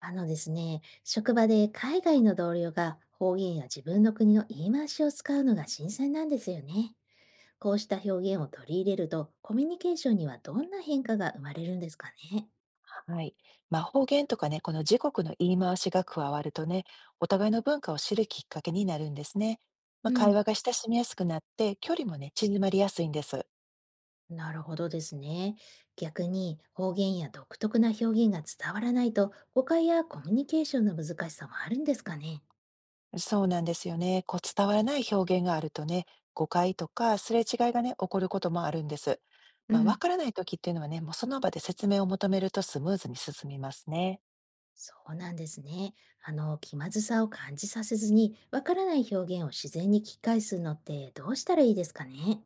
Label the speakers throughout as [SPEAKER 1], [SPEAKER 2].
[SPEAKER 1] あのですね、職場で海外の同僚が方言や自分の国の言い回しを使うのが新鮮なんですよね。こうした表現を取り入れると、コミュニケーションにはどんな変化が生まれるんですかね。
[SPEAKER 2] はい。まあ、方言とかね、この時刻の言い回しが加わるとね、お互いの文化を知るきっかけになるんですね。まあ、
[SPEAKER 1] う
[SPEAKER 2] 会
[SPEAKER 1] ん、
[SPEAKER 2] 話が親しみやすくなって、距離もね、縮まりやすいんです。
[SPEAKER 1] なるほどですね。逆に方言や独特な表現が伝わらないと、誤解やコミュニケーションの難しさもあるんですかね。
[SPEAKER 2] そうなんですよね。こう伝わらない表現があるとね、誤解とかすれ違いがね、起こることもあるんです。
[SPEAKER 1] う
[SPEAKER 2] まあ、わ
[SPEAKER 1] ん、
[SPEAKER 2] からない時っていうのはね、もうその場で説明を求めるとスムーズに進みますね。
[SPEAKER 1] そうなんですね。あの、気まずさを感じさせずに、わからない表現を自然に聞き返すのってどうしたらいいですかね。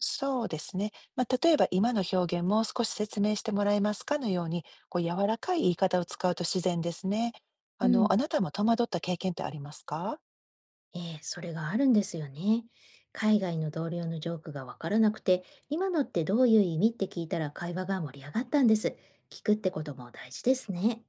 [SPEAKER 2] そうですね。まあ、例えば今の表現もう少し説明してもらえますかのように、こう柔らかい言い方を使うと自然ですね。
[SPEAKER 1] う
[SPEAKER 2] あの、
[SPEAKER 1] ん、
[SPEAKER 2] あなたも戸惑った経験ってありますか？
[SPEAKER 1] ええ、それがあるんですよね。海外の同僚のジョークがわからなくて、今のってどういう意味って聞いたら会話が盛り上がったんです。聞くってことも大事ですね。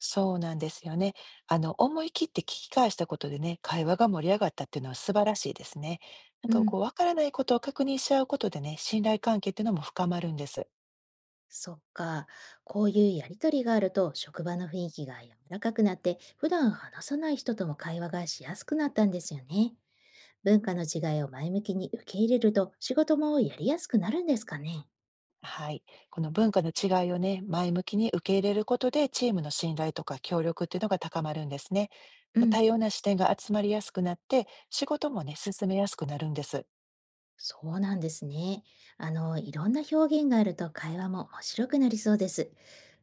[SPEAKER 2] そうなんですよね。あの、思い切って聞き返したことでね、会話が盛り上がったっていうのは素晴らしいですね。なん
[SPEAKER 1] う
[SPEAKER 2] か
[SPEAKER 1] ん、
[SPEAKER 2] こう、わからないことを確認し合うことでね、信頼関係っていうのも深まるんです。
[SPEAKER 1] そっか。こういうやりとりがあると、職場の雰囲気が柔らかくなって、普段話さない人とも会話がしやすくなったんですよね。文化の違いを前向きに受け入れると、仕事もやりやすくなるんですかね。
[SPEAKER 2] はい。この文化の違いをね、前向きに受け入れることで、チームの信頼とか協力っていうのが高まるんですね。
[SPEAKER 1] う
[SPEAKER 2] まあ、
[SPEAKER 1] ん。
[SPEAKER 2] 多様な視点が集まりやすくなって、仕事もね、進めやすくなるんです。
[SPEAKER 1] そうなんですね。あの、いろんな表現があると会話も面白くなりそうです。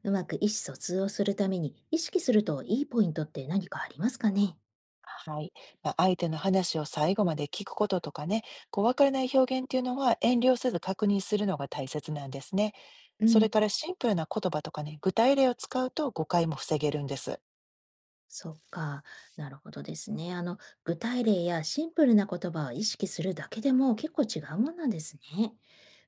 [SPEAKER 1] うまく意思疎通をするために意識するといいポイントって何かありますかね。
[SPEAKER 2] はい。まあ、相手の話を最後まで聞くこととかね、こう、わからない表現っていうのは遠慮せず確認するのが大切なんですね。
[SPEAKER 1] う
[SPEAKER 2] それ
[SPEAKER 1] ん、
[SPEAKER 2] からシンプルな言葉とかね、具体例を使うと誤解も防げるんです。
[SPEAKER 1] そっか、なるほどですね。あの、具体例やシンプルな言葉を意識するだけでも結構違うもんなんですね。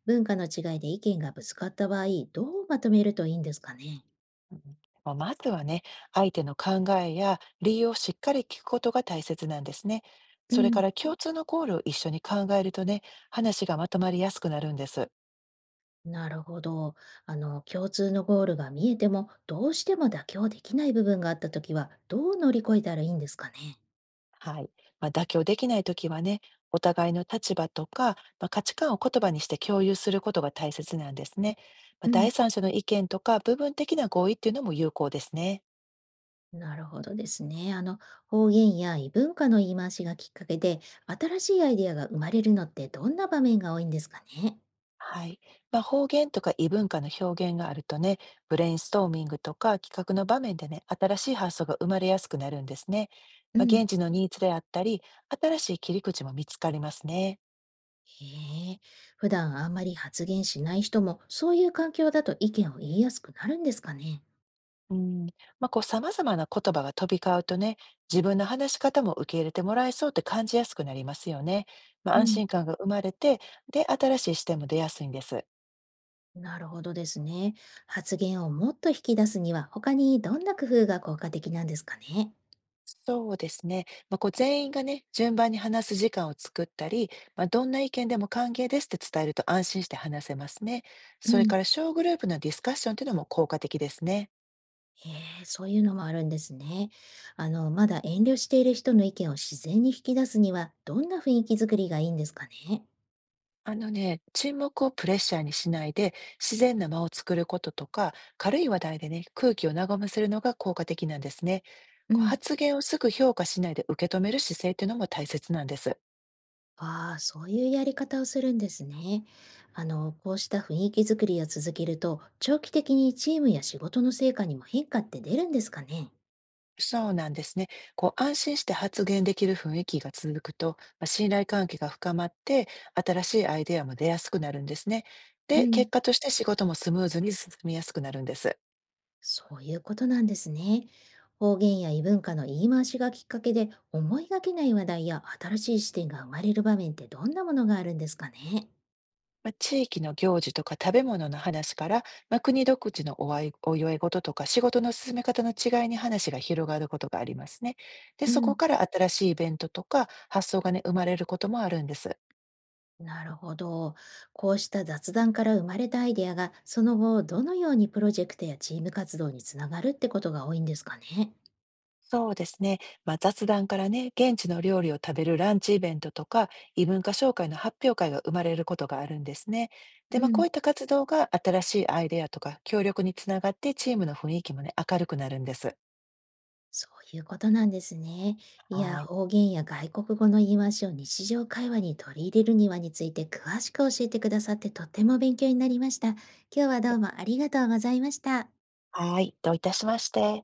[SPEAKER 1] 文化の違いで意見がぶつかった場合、どうまとめるといいんですかね。
[SPEAKER 2] うん。まあ、まずはね、相手の考えや理由をしっかり聞くことが大切なんですね。
[SPEAKER 1] う
[SPEAKER 2] それか
[SPEAKER 1] ん、
[SPEAKER 2] ら共通のゴールを一緒に考えるとね、話がまとまりやすくなるんです。
[SPEAKER 1] なるほど。あの、共通のゴールが見えても、どうしても妥協できない部分があったときは、どう乗り越えたらいいんですかね。
[SPEAKER 2] はい。まあ、妥協できないときはね、お互いの立場とか、まあ、価値観を言葉にして共有することが大切なんですね。まあ、
[SPEAKER 1] うん、
[SPEAKER 2] 第三者の意見とか部分的な合意っていうのも有効ですね。
[SPEAKER 1] なるほどですね。あの、方言や異文化の言い回しがきっかけで、新しいアイデアが生まれるのってどんな場面が多いんですかね。
[SPEAKER 2] はい。まあ、方言とか異文化の表現があるとね、ブレインストーミングとか企画の場面でね、新しい発想が生まれやすくなるんですね。
[SPEAKER 1] う
[SPEAKER 2] まあ、
[SPEAKER 1] ん、
[SPEAKER 2] 現地のニーズであったり、新しい切り口も見つかりますね。
[SPEAKER 1] へえ、普段あんまり発言しない人も、そういう環境だと意見を言いやすくなるんですかね。
[SPEAKER 2] うん。まあ、こう、様々な言葉が飛び交うとね、自分の話し方も受け入れてもらえそうって感じやすくなりますよね。まあ、
[SPEAKER 1] う
[SPEAKER 2] 安
[SPEAKER 1] ん、
[SPEAKER 2] 心感が生まれて、で、新しい視点も出やすいんです。
[SPEAKER 1] なるほどですね。発言をもっと引き出すには、他にどんな工夫が効果的なんですかね。
[SPEAKER 2] そうですね。まあ、こう全員がね、順番に話す時間を作ったり、まあ、どんな意見でも歓迎ですって伝えると安心して話せますね。
[SPEAKER 1] う
[SPEAKER 2] それか
[SPEAKER 1] ん、
[SPEAKER 2] ら小グループのディスカッションというのも効果的ですね。
[SPEAKER 1] へえ、そういうのもあるんですね。あの、まだ遠慮している人の意見を自然に引き出すには、どんな雰囲気作りがいいんですかね。
[SPEAKER 2] あのね、沈黙をプレッシャーにしないで、自然な間を作ることとか、軽い話題でね、空気を和ませるのが効果的なんですね。
[SPEAKER 1] う
[SPEAKER 2] こう
[SPEAKER 1] ん、
[SPEAKER 2] 発言をすぐ評価しないで受け止める姿勢というのも大切なんです。
[SPEAKER 1] ああ、そういうやり方をするんですね。あの、こうした雰囲気作りを続けると、長期的にチームや仕事の成果にも変化って出るんですかね。
[SPEAKER 2] そうなんですね。こう安心して発言できる雰囲気が続くと、まあ、信頼関係が深まって、新しいアイデアも出やすくなるんですね。
[SPEAKER 1] う
[SPEAKER 2] で、
[SPEAKER 1] ん、
[SPEAKER 2] 結果として仕事もスムーズに進みやすくなるんです。
[SPEAKER 1] そういうことなんですね。方言や異文化の言い回しがきっかけで思いがけない話題や新しい視点が生まれる場面ってどんなものがあるんですかね。
[SPEAKER 2] まあ、地域の行事とか食べ物の話から、まあ、国独自のおあいお祝い事とか仕事の進め方の違いに話が広がることがありますね。で、
[SPEAKER 1] う
[SPEAKER 2] そこ
[SPEAKER 1] ん、
[SPEAKER 2] から新しいイベントとか発想がね、生まれることもあるんです。
[SPEAKER 1] なるほど。こうした雑談から生まれたアイデアがその後どのようにプロジェクトやチーム活動につながるってことが多いんですかね。
[SPEAKER 2] そうですね。まあ、雑談からね、現地の料理を食べるランチイベントとか、異文化紹介の発表会が生まれることがあるんですね。で、
[SPEAKER 1] う
[SPEAKER 2] まあ、こうい
[SPEAKER 1] ん、
[SPEAKER 2] った活動が新しいアイデアとか協力につながって、チームの雰囲気もね、明るくなるんです。
[SPEAKER 1] そういうことなんですね。いや、
[SPEAKER 2] はい。
[SPEAKER 1] 方言や外国語の言い回しを日常会話に取り入れるにはについて詳しく教えてくださってとっても勉強になりました。今日はどうもありがとうございました。
[SPEAKER 2] はい、どういたしまして。